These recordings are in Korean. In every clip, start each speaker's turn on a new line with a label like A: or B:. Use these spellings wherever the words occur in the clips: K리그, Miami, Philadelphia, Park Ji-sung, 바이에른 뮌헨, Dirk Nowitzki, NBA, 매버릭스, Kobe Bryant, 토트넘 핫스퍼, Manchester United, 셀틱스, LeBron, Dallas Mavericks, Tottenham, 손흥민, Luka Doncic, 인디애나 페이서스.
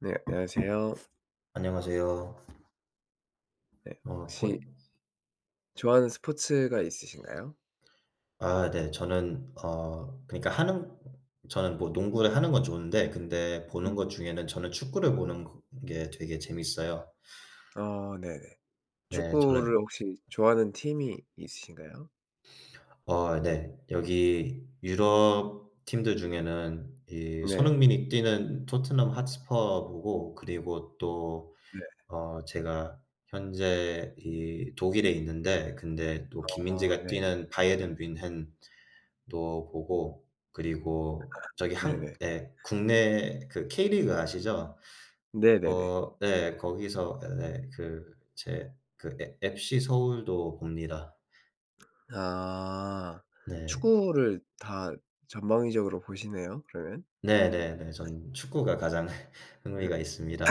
A: 네, 안녕하세요.
B: 안녕하세요.
A: 네,
B: 어 본
A: 혹시 좋아하는 스포츠가 있으신가요?
B: 네. 저는 농구를 하는 건 좋은데, 근데 보는
A: 음.
B: 것 중에는 저는 축구를 보는 게 되게 재밌어요.
A: 네네.
B: 네. 저는
A: 축구를 혹시 좋아하는 팀이 있으신가요?
B: 네. 여기 유럽 팀들 중에는 이
A: 네.
B: 손흥민이 뛰는 토트넘 핫스퍼 보고, 그리고 또
A: 네.
B: 제가 현재 이 독일에 있는데, 근데 또
A: 어
B: 김민재가
A: 네.
B: 뛰는 바이에른 뮌헨 또 보고, 그리고 저기 한
A: 네네.
B: 예 국내 그 K리그 아시죠?
A: 네네네.
B: 네. 거기서 네네, 그 제 그 에 FC 서울도 봅니다.
A: 아.
B: 네.
A: 축구를 다 전방위적으로 보시네요, 그러면.
B: 네네네. 전 축구가 가장 흥미가 있습니다.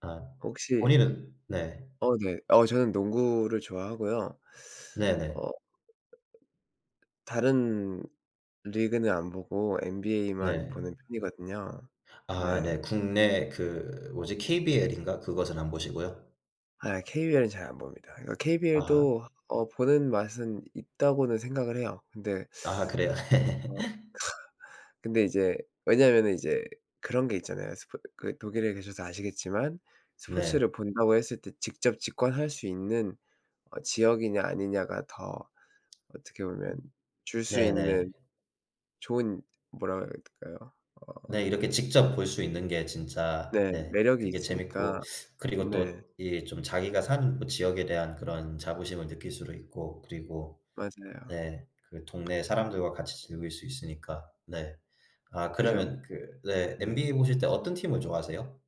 B: 아
A: 혹시
B: 본인은 네.
A: 어 네. 저는 농구를 좋아하고요.
B: 네네.
A: 어 다른 리그는 안 보고
B: 네.
A: NBA만
B: 네.
A: 보는 편이거든요.
B: 아
A: 네.
B: 네. 국내 그 뭐지, KBL인가 그것은 안 보시고요?
A: 아 KBL은 잘 안 봅니다. 그러니까
B: 아.
A: KBL도 보는 맛은 있다고는 생각을 해요. 근데
B: 아 그래요?
A: 어 근데 이제 왜냐면은 이제 그런 게 있잖아요. 스포 그 독일에 계셔서 아시겠지만
B: 네.
A: 스포츠를 본다고 했을 때 직접 직관할 수 있는 지역이냐 아니냐가 더 어떻게 보면 줄 수
B: 네네.
A: 있는 좋은 뭐라 그래야 될까요? 어
B: 네. 이렇게 직접 볼 수 있는 게 진짜,
A: 네
B: 네,
A: 매력이
B: 그게
A: 있으니까.
B: 재밌고, 그리고
A: 네
B: 또 이 좀 자기가 사는 그 지역에 대한 그런 자부심을 느낄 수도 있고, 그리고
A: 맞아요.
B: 네 그 동네 사람들과 같이 즐길 수 있으니까. 네. 아,
A: 그죠?
B: 그러면 그 네
A: 네.
B: NBA 보실 때 어떤 팀을 좋아하세요?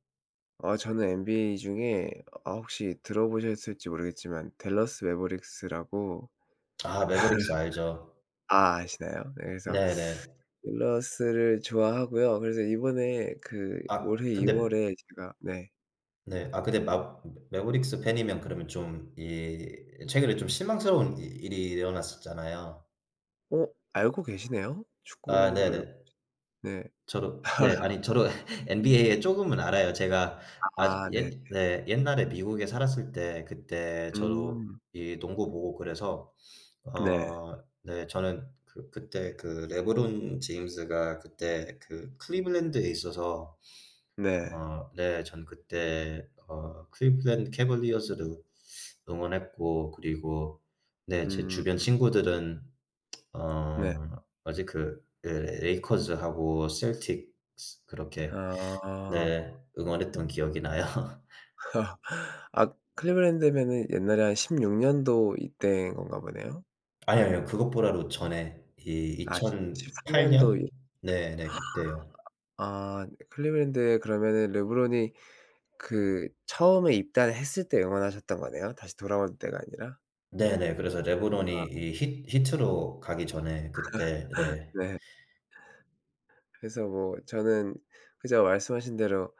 A: 아 저는 NBA 중에 아 혹시 들어보셨을지 모르겠지만 댈러스 매버릭스라고
B: 아, 매버릭스 알죠.
A: 아 아시나요? 네 그래서
B: 네네.
A: 댈러스를 좋아하고요. 그래서 이번에 그
B: 아
A: 올해
B: 근데
A: 2월 월에 제가 네.
B: 네 아 근데 마 매버릭스 팬이면 그러면 좀 이 최근에 좀 실망스러운 이 일이 일어났었잖아요.
A: 어 알고 계시네요?
B: 아
A: 축구를
B: 네네.
A: 네.
B: 저도 네. 아니, 저도 NBA에 조금은 알아요. 제가 아주
A: 아 네.
B: 옛 네 옛날에 미국에 살았을 때 그때 저도
A: 음.
B: 이 농구 보고 그래서
A: 네.
B: 어 네 저는 그 그때 그 레브론 제임스가 그때 그 클리블랜드에 있어서,
A: 네.
B: 네 전 그때 클리블랜드 캐벌리어스를 응원했고, 그리고 네 제
A: 음
B: 주변 친구들은 어
A: 네.
B: 어제 그 예 레이커즈하고 셀틱스 그렇게
A: 아.
B: 네 응원했던 기억이 나요.
A: 아 클리블랜드면은 옛날에 한 16년도 년도 이때인 건가 보네요.
B: 아니요, 아니요. 그것보다도 전에 이
A: 아13년도
B: 2008
A: 년도
B: 년? 네네 그때요.
A: 아 네. 클리블랜드에 그러면은 르브론이 그 처음에 입단했을 때 응원하셨던 거네요, 다시 돌아올 때가 아니라?
B: 네네. 그래서 르브론이 이 히 히트로 가기 전에 그때 네.
A: 네. 그래서 뭐 저는 그저 말씀하신 대로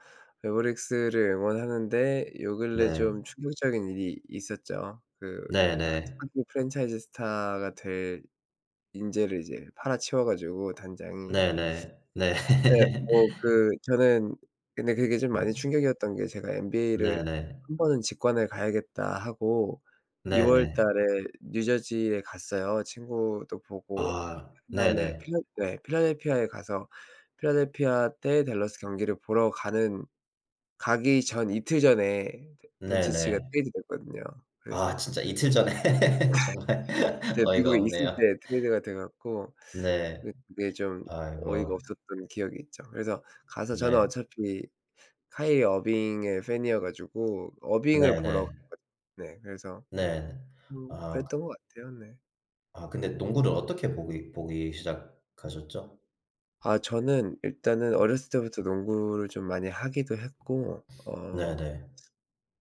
A: 매버릭스를 응원하는데 요 근래
B: 네.
A: 좀 충격적인 일이 있었죠. 그 아
B: 네네.
A: 한국 프랜차이즈 스타가 될 인재를 이제 팔아치워 가지고 단장이.
B: 네네. 네.
A: 네. 뭐 그 저는 근데 그게 좀 많이
B: 음
A: 충격이었던 게 제가 NBA를
B: 네네.
A: 한 번은 직관을 가야겠다.' 하고 2월
B: 네네.
A: 달에 뉴저지에 갔어요. 친구도 보고
B: 아
A: 그다음에
B: 네네.
A: 필라 네 필라델피아에 가서 필라델피아 대 댈러스 경기를 보러 가는 가기 전 이틀 전에 도 돈치치가
B: 네네.
A: 트레이드 됐거든요. 그래서
B: 아, 진짜 이틀 전에 정말
A: 제가
B: 어이가
A: 미국에 있을
B: 없네요.
A: 때 트레이드가 돼 갖고
B: 네.
A: 그게 좀 어이가
B: 아이고.
A: 없었던 기억이 있죠. 그래서 가서 저는
B: 네.
A: 어차피 카일 어빙의 팬이어 가지고 어빙을 보러
B: 네네.
A: 갔거든요. 네. 그래서
B: 네.
A: 그랬던
B: 아
A: 것 같아요. 네.
B: 아 근데 농구를 어떻게 보기 시작하셨죠?
A: 아 저는 일단은 어렸을 때부터 농구를 좀 많이 하기도 했고
B: 네네.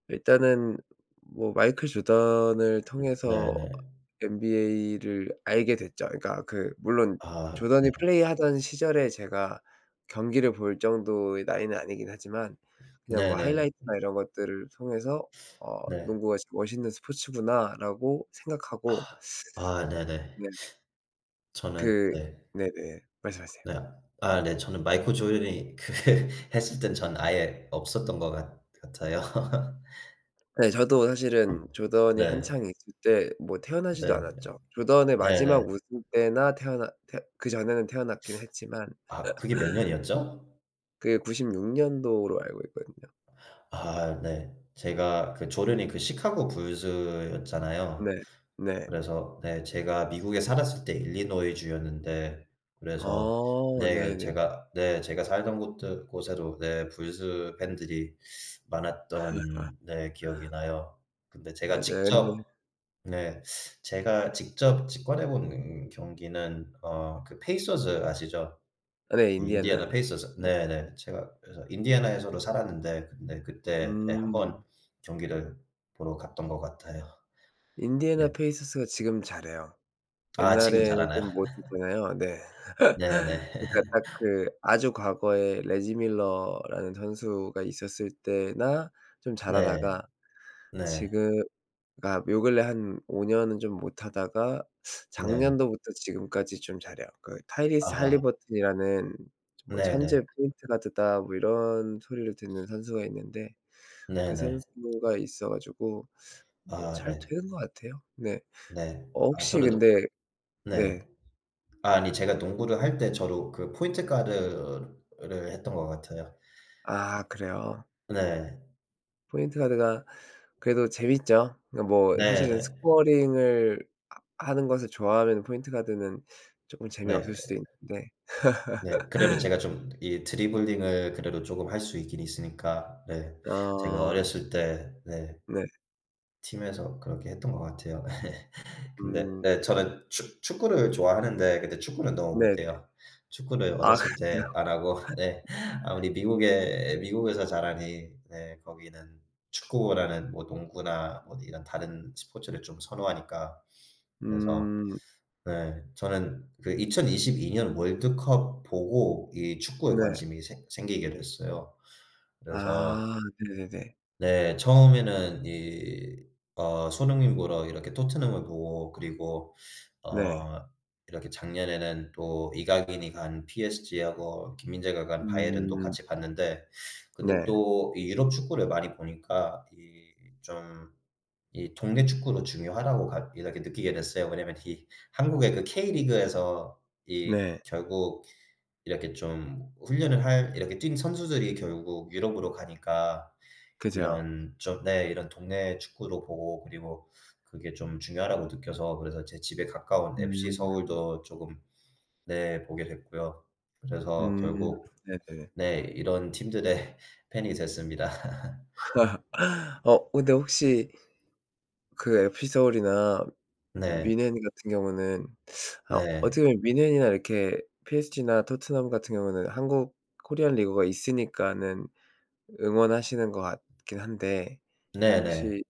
A: 일단은 뭐 마이클 조던을 통해서
B: 네네.
A: NBA를 알게 됐죠. 그러니까 그 물론
B: 아
A: 조던이
B: 네.
A: 플레이하던 시절에 제가 경기를 볼 정도의 나이는 아니긴 하지만 그냥 뭐
B: 네네.
A: 하이라이트나 이런 것들을 통해서 '어
B: 네.
A: 농구가 진짜 멋있는 스포츠구나.'라고
B: 아.
A: 생각하고
B: 아 네네.
A: 네.
B: 저는
A: 그.
B: 네.
A: 네네. 말씀하세요.
B: 네. 아 네. 저는 마이클 조던이 그 했을 땐 전 아예 없었던 것 같 같아요.
A: 네. 저도 사실은 조던이
B: 네.
A: 한창 있을 때 뭐 태어나지도
B: 네.
A: 않았죠. 조던의
B: 네네.
A: 마지막 우승 때나 태어나 태 그전에는 태어났긴 했지만.
B: 아 그게 몇 년이었죠?
A: 그게 96년도 년도로 알고 있거든요.
B: 아 네. 제가 그 조던이 그 시카고 불스였잖아요.
A: 네. 네.
B: 그래서 네 제가 미국에 살았을 때 일리노이 주였는데, 그래서
A: 어
B: 네
A: 네네.
B: 제가 살던 곳들 곳에도 네 블루스 팬들이 많았던 네 기억이 나요. 근데
A: 맞아요. 근데
B: 네 제가 직접 직관해 본 경기는 그 페이서즈 아시죠?
A: 아 네.
B: 그
A: 인디애나.
B: 인디애나 페이서즈.
A: 네.
B: 네네. 제가, 그래서 인디애나에서도 살았는데, 근데 그때 네 1번
A: 음.
B: 경기를 보러 갔던 것 같아요. 네.
A: 인디애나 페이서스가 지금 잘해요.
B: 아 지금
A: 옛날에는
B: 잘하나요?
A: 좀 못했잖아요. 네.
B: 네네.
A: 그러니까 딱 그 아주 과거에 레지 밀러라는 선수가 있었을 때나 좀
B: 네.
A: 잘하다가
B: 네.
A: 지금 그러니까 요 근래 한 5년 년은 좀 못하다가
B: 네.
A: 작년도부터 지금까지 좀 잘해요. 그 타이리스
B: 아하.
A: 할리버튼이라는 뭐
B: 네네.
A: "천재 포인트 가드다." 뭐 이런 소리를 듣는 선수가 있는데 그
B: 네네.
A: 선수가 있어 가지고 뭐
B: 아
A: 잘
B: 네.
A: 되는 것 같아요. 네.
B: 네.
A: 어
B: 아
A: 혹시
B: 저를 또
A: 근데
B: 네.
A: 네.
B: 아니, 제가 농구를 할 때 저도 그 포인트 가드를 했던 것 같아요.
A: 아 그래요?
B: 네.
A: 포인트 가드가 그래도 재밌죠. 그러니까 뭐
B: 네네.
A: 사실은
B: 네.
A: 스코어링을 하 하는 것을 좋아하면 포인트 가드는 쪼끔
B: 네.
A: 재미없을 수도 있는데.
B: 네. 그래도 제가 좀 이 드리블링을 그래도 조금 할 수 있긴 있으니까, 네 제가
A: 어.
B: 어렸을 때 네
A: 네.
B: 팀에서 그렇게 했던 것 같아요. 근데
A: 음
B: 네 저는 축 축구를 좋아하는데, 근데 축구는 너무
A: 네네.
B: 못해요. 축구를
A: 아
B: 어렸을
A: 그래요?
B: 때 안 하고 네, 아무리 미국에서 자라니 네 거기는 축구라는 뭐 농구나 뭐 이런 다른 스포츠를 좀 선호하니까, 그래서
A: 음
B: 네 저는 그 2022년 월드컵 보고 이 축구에
A: 네.
B: 관심이 생 생기게 됐어요. 그래서
A: 아 네네네.
B: 네. 처음에는 이 손흥민 보러 이렇게 토트넘을 보고, 그리고
A: 네.
B: 어 이렇게 작년에는 또 이강인이 간 PSG하고 김민재가 간 바이에른도
A: 음
B: 같이 봤는데, 근데
A: 네.
B: 또 이 유럽 축구를 많이 보니까 이 좀 이 동네 축구도 중요하다고 가 이렇게 느끼게 됐어요. 왜냐면 이 한국의 그 K리그에서 이
A: 네.
B: 결국 이렇게 좀 훈련을 할 이렇게 뛴 선수들이 결국 유럽으로 가니까,
A: 그죠.
B: 이런 좀 네 이런 동네 축구도 보고, 그리고 그게 좀 중요하다고 느껴서, 그래서 제 집에 가까운 FC
A: 음.
B: 서울도 쪼금 네 보게 됐고요. 음. 그래서
A: 음
B: 결국
A: 네네.
B: 네 이런 팀들의 팬이 됐습니다.
A: 어 근데 혹시 그 FC 서울이나
B: 네.
A: 미넨 같은 경우는 아
B: 네.
A: 어떻게 보면 미넨이나 이렇게 PSG나 토트넘 같은 경우는 한국 코리안 리그가 있으니까는 응원하시는 것 같긴 한데
B: 네네.
A: 혹시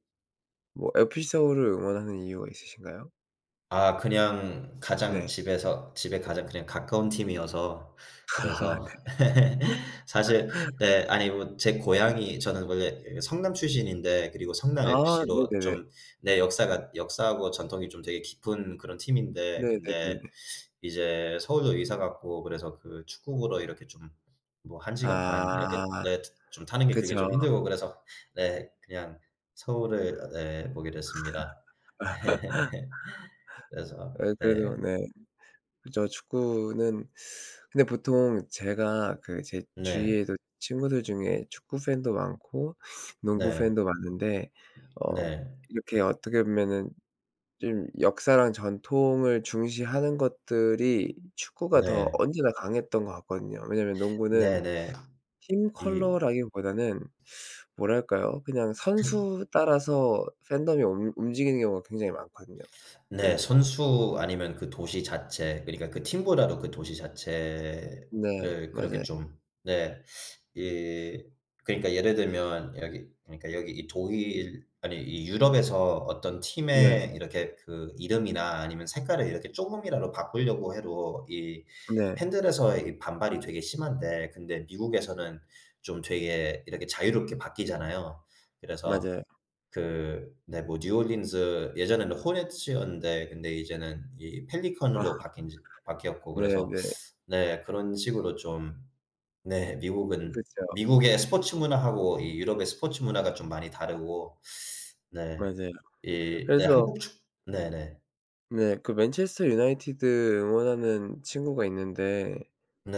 A: 뭐 FC 서울을 응원하는 이유가 있으신가요?
B: 아, 그냥 가장
A: 네.
B: 집에 가장 그냥 가까운 팀이어서,
A: 아 네.
B: 그래서 사실 네 아니, 뭐 제 고향이, 저는 원래 그 성남 출신인데, 그리고 성남
A: 아
B: FC로
A: 네네네.
B: 좀 내 역사가 역사하고 전통이 좀 되게 깊은 그런 팀인데, 근데
A: 네네네.
B: 이제 서울로 이사 갔고, 그래서 그 축구부로 이렇게 좀 뭐 1시간 반 이렇게
A: 아
B: 네 좀 타는 게 그게
A: 그쵸.
B: 좀 힘들고, 그래서 네 그냥 서울을 네 보게 됐습니다. 그래서
A: 예 그래도
B: 네.
A: 네. 그죠. 축구는 근데 보통 제가 그 제
B: 네.
A: 주위에도 친구들 중에 축구 팬도 많고 농구
B: 네.
A: 팬도 많은데 어
B: 네.
A: 이렇게 어떻게 보면은 좀 역사랑 전통을 중시하는 것들이 축구가 더
B: 네.
A: 언제나 강했던 것 같거든요. 왜냐면 농구는
B: 네네.
A: 팀
B: 이
A: 컬러라기보다는 뭐랄까요? 그냥 선수 따라서 팬덤이 움 움직이는 경우가 굉장히 많거든요,
B: 네.
A: 농구는.
B: 선수 아니면 그 도시 자체, 그러니까 그 팀보다도 그 도시 자체를
A: 네.
B: 그렇게
A: 맞아요.
B: 좀 네. 이 그러니까 예를 들면 여기, 그러니까 여기 이 독일 아니 이 유럽에서 어떤 팀의
A: 네.
B: 이렇게 그 이름이나 아니면 색깔을 이렇게 조금이라도 바꾸려고 해도 이
A: 네.
B: 팬들에서의 이 반발이 되게 심한데, 근데 미국에서는 좀 되게 이렇게 자유롭게 바뀌잖아요. 그래서
A: 맞아요.
B: 그 네 뭐 뉴올린즈스 예전에는 호넷이었는데, 근데 이제는 이 펠리컨으로
A: 아
B: 바뀐 지 바뀌었고, 그래서
A: 네네.
B: 네 그런 식으로 좀 네 미국은
A: 그쵸.
B: 미국의 스포츠 문화하고 이 유럽의 스포츠 문화가 좀 많이 다르고 네
A: 맞아요.
B: 이 네
A: 그래서
B: 한국 축 네네.
A: 네 그 맨체스터 유나이티드 응원하는 친구가 있는데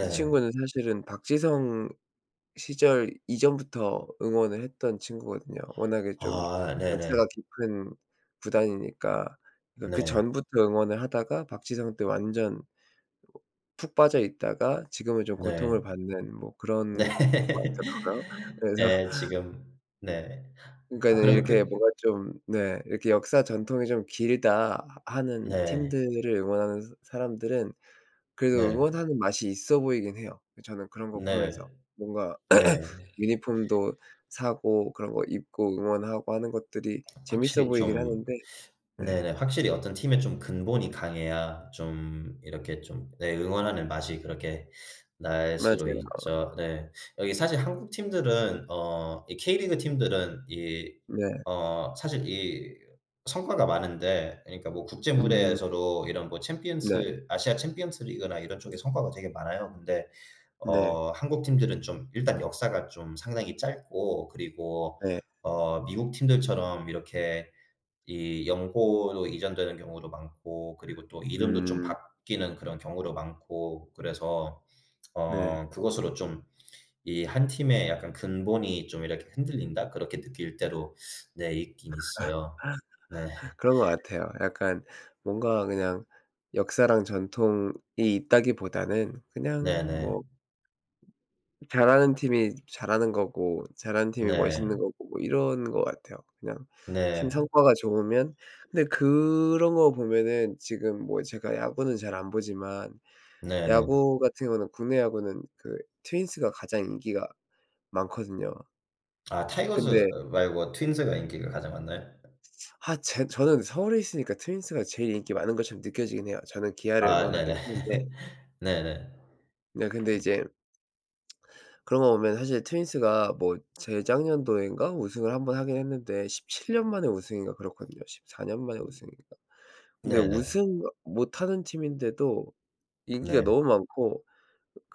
A: 이
B: 네.
A: 친구는 사실은 박지성 시절 이전부터 응원을 했던 친구거든요. 워낙에 좀
B: 아 네네.
A: 역사가 깊은 구단이니까 그러니까
B: 네.
A: 그전부터 응원을 하다가 박지성 때 완전 푹 빠져 있다가 지금은 좀 고통을
B: 네.
A: 받는 뭐 그런 것
B: 네.
A: 같더라고요. 그래서
B: 예 지금 네. 아
A: 그러니까는
B: 그러면 그
A: 이렇게 뭔가 좀 네 이렇게 '역사 전통이 좀 길다.' 하는
B: 네.
A: 팀들을 응원하는 사 사람들은 그래도
B: 네.
A: 응원하는 맛이 있어 보이긴 해요. 저는 그런 거 보면서.
B: 네.
A: 뭔가
B: 네.
A: 유니폼도 사고 그런 거 입고 응원하고 하는 것들이 재밌어
B: 확실히
A: 보이긴
B: 좀
A: 하는데. 네.
B: 네네. 확실히 어떤 팀의 좀 근본이 강해야 좀 이렇게 좀 네 응원하는 맛이 그렇게 날 수도
A: 맞아요.
B: 있죠. 네. 여기 사실 한국 팀들은 이 K리그 팀들은 이
A: 네.
B: 사실 이 성과가 많은데, 그러니까 뭐 국제
A: 음
B: 무대에서도 이런 뭐
A: 네.
B: 챔피언스 아시아 챔피언스 리그나 이런 쪽에 성과가 되게 많아요. 근데
A: 네.
B: 한국 팀들은 좀 일단 역사가 좀 상당히 짧고, 그리고
A: 네.
B: 미국 팀들처럼 이렇게 이 연고로 이전되는 경우도 많고, 그리고 또 이름도 좀
A: 음
B: 바뀌는 그런 경우도 많고, 그래서
A: 네.
B: 그것으로 좀 이 '한 팀의 약간 근본이 좀 이렇게 흔들린다.' 그렇게 느낄 때도 네 있긴 있어요. 네.
A: 그런 것 같아요. 약간 뭔가 그냥 역사랑 전통이 있다기보다는 그냥
B: 네네.
A: 뭐 잘하는 팀이 잘하는 거고 잘하는 팀이 멋있는
B: 네.
A: 거고 뭐 이런 것 같아요. 그냥 팀
B: 네.
A: 성과가 좋으면. 근데 그런 거 보면은 지금 뭐 제가 야구는 잘 안 보지만
B: 네네.
A: 야구 같은 경우는 국내 야구는 그 트윈스가 가장 인기가 많거든요.
B: 아 타이거즈
A: 근데
B: 말고 트윈스가 인기가 가장 많나요?
A: 아 제 저는 서울에 있으니까 트윈스가 제일 인기 많은 것처럼 느껴지긴 해요. 저는 기아를
B: 아 네네.
A: 응원하긴 하는데
B: 네네.
A: 네 근데 이제 그런 거 보면 사실 트윈스가 뭐 재작년도인가 우승을 한번 하긴 했는데 17년 만에 우승인가 그렇거든요. 14년 만에 우승인가. 근데
B: 네네.
A: 우승 못하는 팀인데도 인기가
B: 네.
A: 너무 많고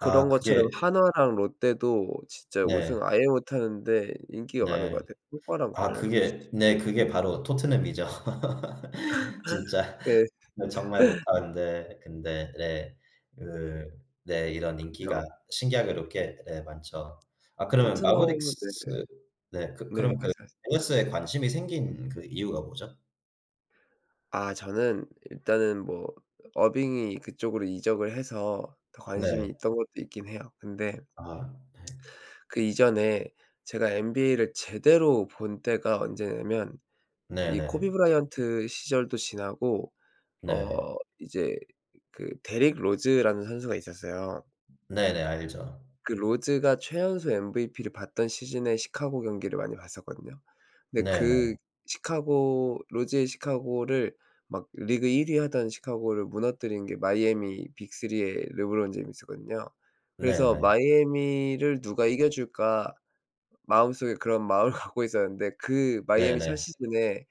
B: 아
A: 것처럼
B: 그게
A: 한화랑 롯데도 진짜
B: 네.
A: 우승 아예 못하는데 인기가 많은 것
B: 네.
A: 같아요, 효과랑
B: 아
A: 관련 없이.
B: 그게 네 그게 바로 토트넘이죠. 진짜
A: 그래서
B: 네 정말 못하는데 근데 네 그 네 이런 인기가 신기하게 높게 네 많죠. 아 그러면
A: 토트넘은 네네.
B: 마버릭스 네 그
A: 네네
B: 그럼 그
A: 말씀하세요.
B: 댈러스에 관심이 생긴 그 이유가 뭐죠?
A: 아 저는 일단은 뭐 어빙이 그쪽으로 이적을 해서 더 관심이
B: 네.
A: 있던 것도 있긴 해요. 근데
B: 아 네.
A: 그 이전에 제가 NBA를 제대로 본 때가 언제냐면 이
B: 네네.
A: 코비 브라이언트 시절도 지나고
B: 네.
A: 이제 그 데릭 로즈라는 선수가 있었어요.
B: 네네 알죠.
A: 그 로즈가 최연소 MVP를 받던 시즌에 시카고 경기를 많이 봤었거든요. 근데 그
B: 네네.
A: 시카고 로즈의 시카고를 막 리그 1위 하던 시카고를 무너뜨린 게 마이애미 빅3의 르브론 제임스거든요.
B: 네
A: 그래서
B: 네.
A: '마이애미를 누가 이겨 줄까.' 마음속에 그런 마음을 갖고 있었는데 그
B: 네
A: 마이애미
B: 네.
A: 첫 시즌에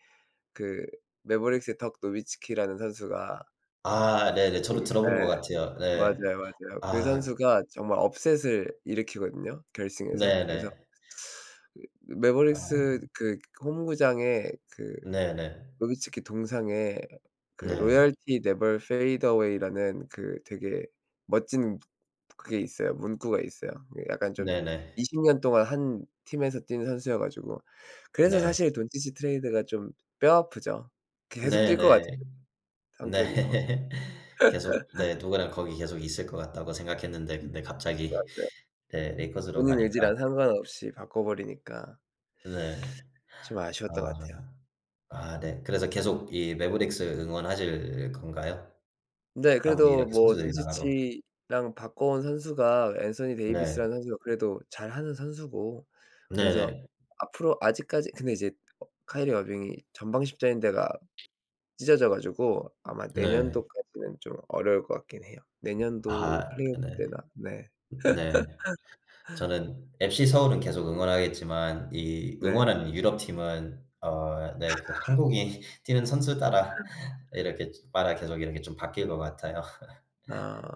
A: 그 매버릭스의 덕 노비츠키라는 선수가
B: 아 네 네.
A: 그
B: 저도 들어본 것
A: 예.
B: 같아요. 네.
A: 맞아요, 맞아요. 그
B: 아
A: 선수가 정말 업셋을 일으키거든요, 결승에서. 그래서
B: 네네.
A: 그
B: 아
A: 매버릭스 그 홈구장에 그
B: 네네. 네.
A: 노비츠키 동상에 그
B: 네.
A: 로열티 네 l 페이 n 웨이라는 그 되게 멋진 그게 있어요. 문구가 있어요. 그 약간 좀
B: 네네.
A: 20년 동안 한 팀에서 뛴 선수여 가지고 그래서
B: 네.
A: 사실 돈치치 트레이드가 좀 뼈아프죠. 계속 뛸 것 같아요,
B: 네네.
A: 성격이. 거.
B: 네. 계속 네 누구나 거기 계속 있을 것 같다고 생각했는데, 근데 갑자기
A: 맞아요.
B: 네 레이커스로
A: 본인
B: 가니까
A: 의지랑 상관없이 바꿔 버리니까.
B: 네.
A: 좀 아쉬웠던 것
B: 아.
A: 같아요.
B: 아 네. 그래서 계속 이 매버릭스 응원하실 건가요?
A: 네
B: 아무리
A: 그래도
B: 이렇게
A: 뭐
B: 선수들이 나가도.
A: 돈치치랑 바꿔온 선수가 앤서니
B: 네.
A: 데이비스라는 선수가 그래도 잘하는 선수고 그래서
B: 네네.
A: 앞으로 아직까지 근데 이제 어 카이리 어빙이 전방 십자인대가 찢어져 가지고 아마
B: 네.
A: 내년도까지는 좀 어려울 것 같긴 해요.
B: 아
A: 내년도 플레이오프
B: 네.
A: 때나 네.
B: 네. 저는 FC 서울은 계속 응원하겠지만 이
A: 네.
B: 응원하는 유럽 팀은 네 그 한국이 뛰는 선수 따라 이렇게 좀 따라 계속 이렇게 좀 바뀔 것 같아요.
A: 아.